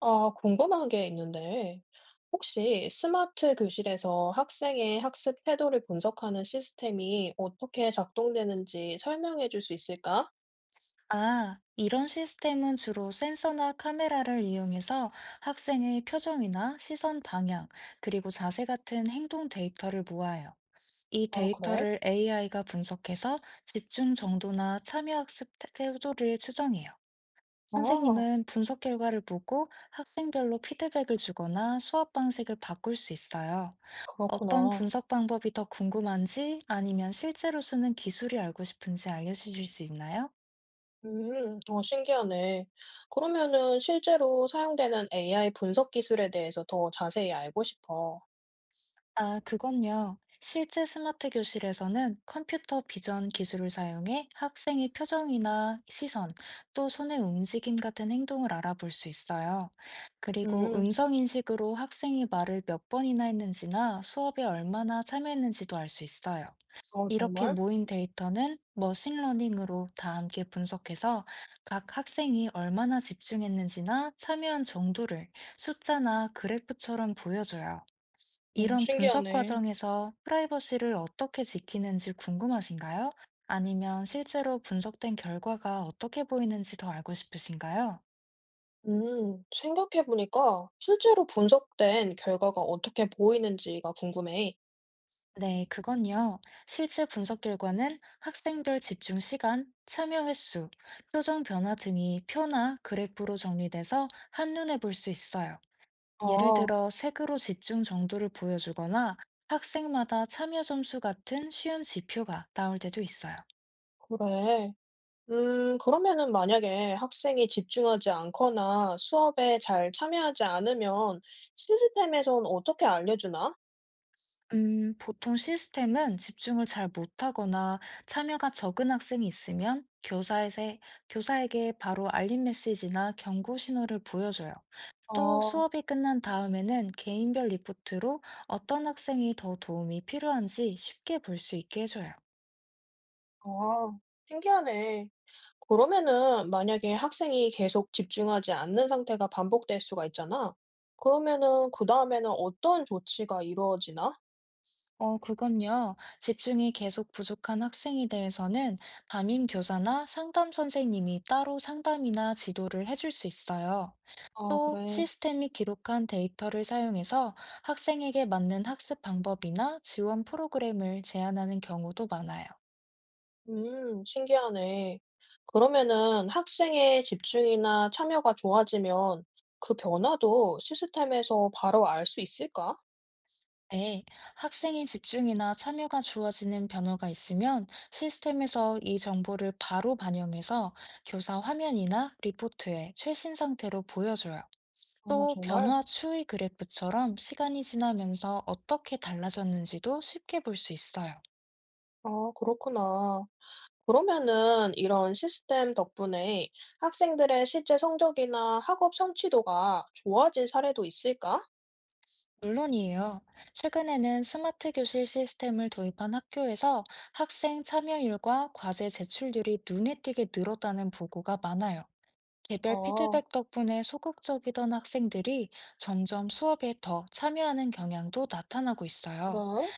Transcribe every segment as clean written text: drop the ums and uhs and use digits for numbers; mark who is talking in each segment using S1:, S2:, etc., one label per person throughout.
S1: 아, 궁금한 게 있는데, 혹시 스마트 교실에서 학생의 학습 태도를 분석하는 시스템이 어떻게 작동되는지 설명해 줄 수 있을까?
S2: 아, 이런 시스템은 주로 센서나 카메라를 이용해서 학생의 표정이나 시선 방향, 그리고 자세 같은 행동 데이터를 모아요. 이
S1: 아, 그래?
S2: 데이터를 AI가 분석해서 집중 정도나 참여학습 태도를 추정해요.
S1: 아,
S2: 선생님은 분석 결과를 보고 학생별로 피드백을 주거나 수업 방식을 바꿀 수 있어요. 어떤
S1: 그렇구나.
S2: 분석 방법이 더 궁금한지, 아니면 실제로 쓰는 기술이 알고 싶은지 알려주실 수 있나요?
S1: 신기하네. 그러면은 실제로 사용되는 AI 분석 기술에 대해서 더 자세히 알고 싶어.
S2: 아, 그건요. 실제 스마트 교실에서는 컴퓨터 비전 기술을 사용해 학생의 표정이나 시선, 또 손의 움직임 같은 행동을 알아볼 수 있어요. 그리고
S1: 음,
S2: 음성 인식으로 학생이 말을 몇 번이나 했는지나 수업에 얼마나 참여했는지도 알 수 있어요. 이렇게
S1: 정말?
S2: 모인 데이터는 머신러닝으로 다 함께 분석해서 각 학생이 얼마나 집중했는지나 참여한 정도를 숫자나 그래프처럼 보여줘요.
S1: 어,
S2: 이런 분석
S1: 신기하네.
S2: 과정에서 프라이버시를 어떻게 지키는지 궁금하신가요? 아니면 실제로 분석된 결과가 어떻게 보이는지 더 알고 싶으신가요?
S1: 생각해보니까 실제로 분석된 결과가 어떻게 보이는지가 궁금해.
S2: 네, 그건요. 실제 분석 결과는 학생별 집중 시간, 참여 횟수, 표정 변화 등이 표나 그래프로 정리돼서 한눈에 볼 수 있어요. 예를
S1: 아,
S2: 들어 색으로 집중 정도를 보여주거나 학생마다 참여 점수 같은 쉬운 지표가 나올 때도 있어요.
S1: 그래. 그러면은 만약에 학생이 집중하지 않거나 수업에 잘 참여하지 않으면 시스템에선 어떻게 알려주나?
S2: 보통 시스템은 집중을 잘 못하거나 참여가 적은 학생이 있으면 교사에게 바로 알림 메시지나 경고 신호를 보여줘요. 또
S1: 아,
S2: 수업이 끝난 다음에는 개인별 리포트로 어떤 학생이 더 도움이 필요한지 쉽게 볼 수 있게 해줘요.
S1: 아, 신기하네. 그러면은 만약에 학생이 계속 집중하지 않는 상태가 반복될 수가 있잖아. 그러면은 그 다음에는 어떤 조치가 이루어지나?
S2: 어, 그건요. 집중이 계속 부족한 학생에 대해서는 담임 교사나 상담 선생님이 따로 상담이나 지도를 해줄 수 있어요.
S1: 아,
S2: 또
S1: 그래.
S2: 시스템이 기록한 데이터를 사용해서 학생에게 맞는 학습 방법이나 지원 프로그램을 제안하는 경우도 많아요.
S1: 신기하네. 그러면은 학생의 집중이나 참여가 좋아지면 그 변화도 시스템에서 바로 알 수 있을까?
S2: 네, 학생의 집중이나 참여가 좋아지는 변화가 있으면 시스템에서 이 정보를 바로 반영해서 교사 화면이나 리포트에 최신 상태로 보여줘요.
S1: 아,
S2: 또
S1: 정말?
S2: 변화 추이 그래프처럼 시간이 지나면서 어떻게 달라졌는지도 쉽게 볼 수 있어요.
S1: 아, 그렇구나. 그러면은 이런 시스템 덕분에 학생들의 실제 성적이나 학업 성취도가 좋아진 사례도 있을까?
S2: 물론이에요. 최근에는 스마트 교실 시스템을 도입한 학교에서 학생 참여율과 과제 제출률이 눈에 띄게 늘었다는 보고가 많아요. 개별
S1: 아,
S2: 피드백 덕분에 소극적이던 학생들이 점점 수업에 더 참여하는 경향도 나타나고 있어요.
S1: 그래?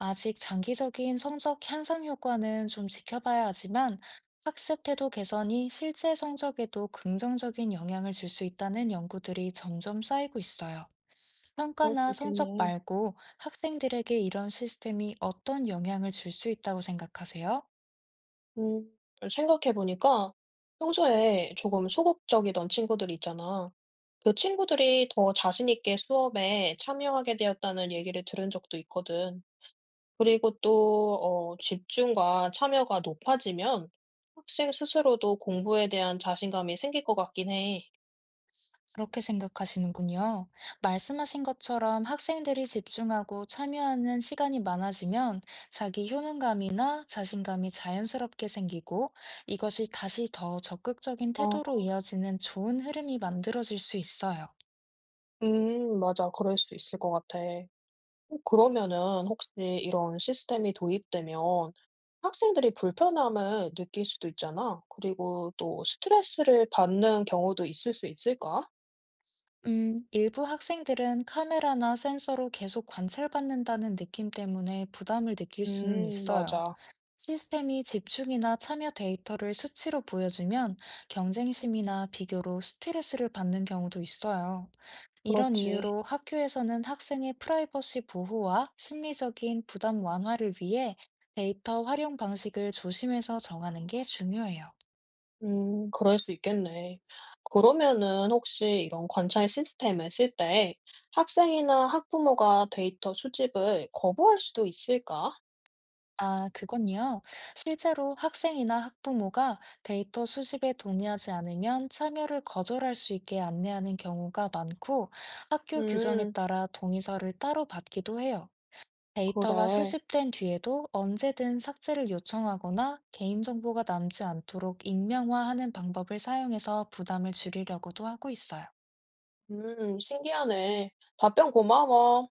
S2: 아직 장기적인 성적 향상 효과는 좀 지켜봐야 하지만, 학습 태도 개선이 실제 성적에도 긍정적인 영향을 줄 수 있다는 연구들이 점점 쌓이고 있어요.
S1: 그럴 수
S2: 평가나 성적
S1: 있겠네.
S2: 말고 학생들에게 이런 시스템이 어떤 영향을 줄 수 있다고 생각하세요?
S1: 음, 생각해 보니까 평소에 조금 소극적이던 친구들 있잖아. 그 친구들이 더 자신 있게 수업에 참여하게 되었다는 얘기를 들은 적도 있거든. 그리고 또, 어, 집중과 참여가 높아지면 학생 스스로도 공부에 대한 자신감이 생길 것 같긴 해.
S2: 그렇게 생각하시는군요. 말씀하신 것처럼 학생들이 집중하고 참여하는 시간이 많아지면 자기 효능감이나 자신감이 자연스럽게 생기고, 이것이 다시 더 적극적인
S1: 어,
S2: 태도로 이어지는 좋은 흐름이 만들어질 수 있어요.
S1: 맞아. 그럴 수 있을 것 같아. 어 그러면은 혹시 이런 시스템이 도입되면 학생들이 불편함을 느낄 수도 있잖아. 그리고 또 스트레스를 받는 경우도 있을 수 있을까?
S2: 일부 학생들은 카메라나 센서로 계속 관찰받는다는 느낌 때문에 부담을 느낄 수는 있어요.
S1: 맞아.
S2: 시스템이 집중이나 참여 데이터를 수치로 보여주면 경쟁심이나 비교로 스트레스를 받는 경우도 있어요. 이런
S1: 그렇지.
S2: 이유로 학교에서는 학생의 프라이버시 보호와 심리적인 부담 완화를 위해 데이터 활용 방식을 조심해서 정하는 게 중요해요.
S1: 그럴 수 있겠네. 그러면은 혹시 이런 관찰 시스템을 쓸 때 학생이나 학부모가 데이터 수집을 거부할 수도 있을까?
S2: 아, 그건요. 실제로 학생이나 학부모가 데이터 수집에 동의하지 않으면 참여를 거절할 수 있게 안내하는 경우가 많고, 학교 규정에
S1: 음,
S2: 따라 동의서를 따로 받기도 해요. 데이터가
S1: 그래.
S2: 수집된 뒤에도 언제든 삭제를 요청하거나 개인정보가 남지 않도록 익명화하는 방법을 사용해서 부담을 줄이려고도 하고 있어요.
S1: 신기하네. 답변 고마워.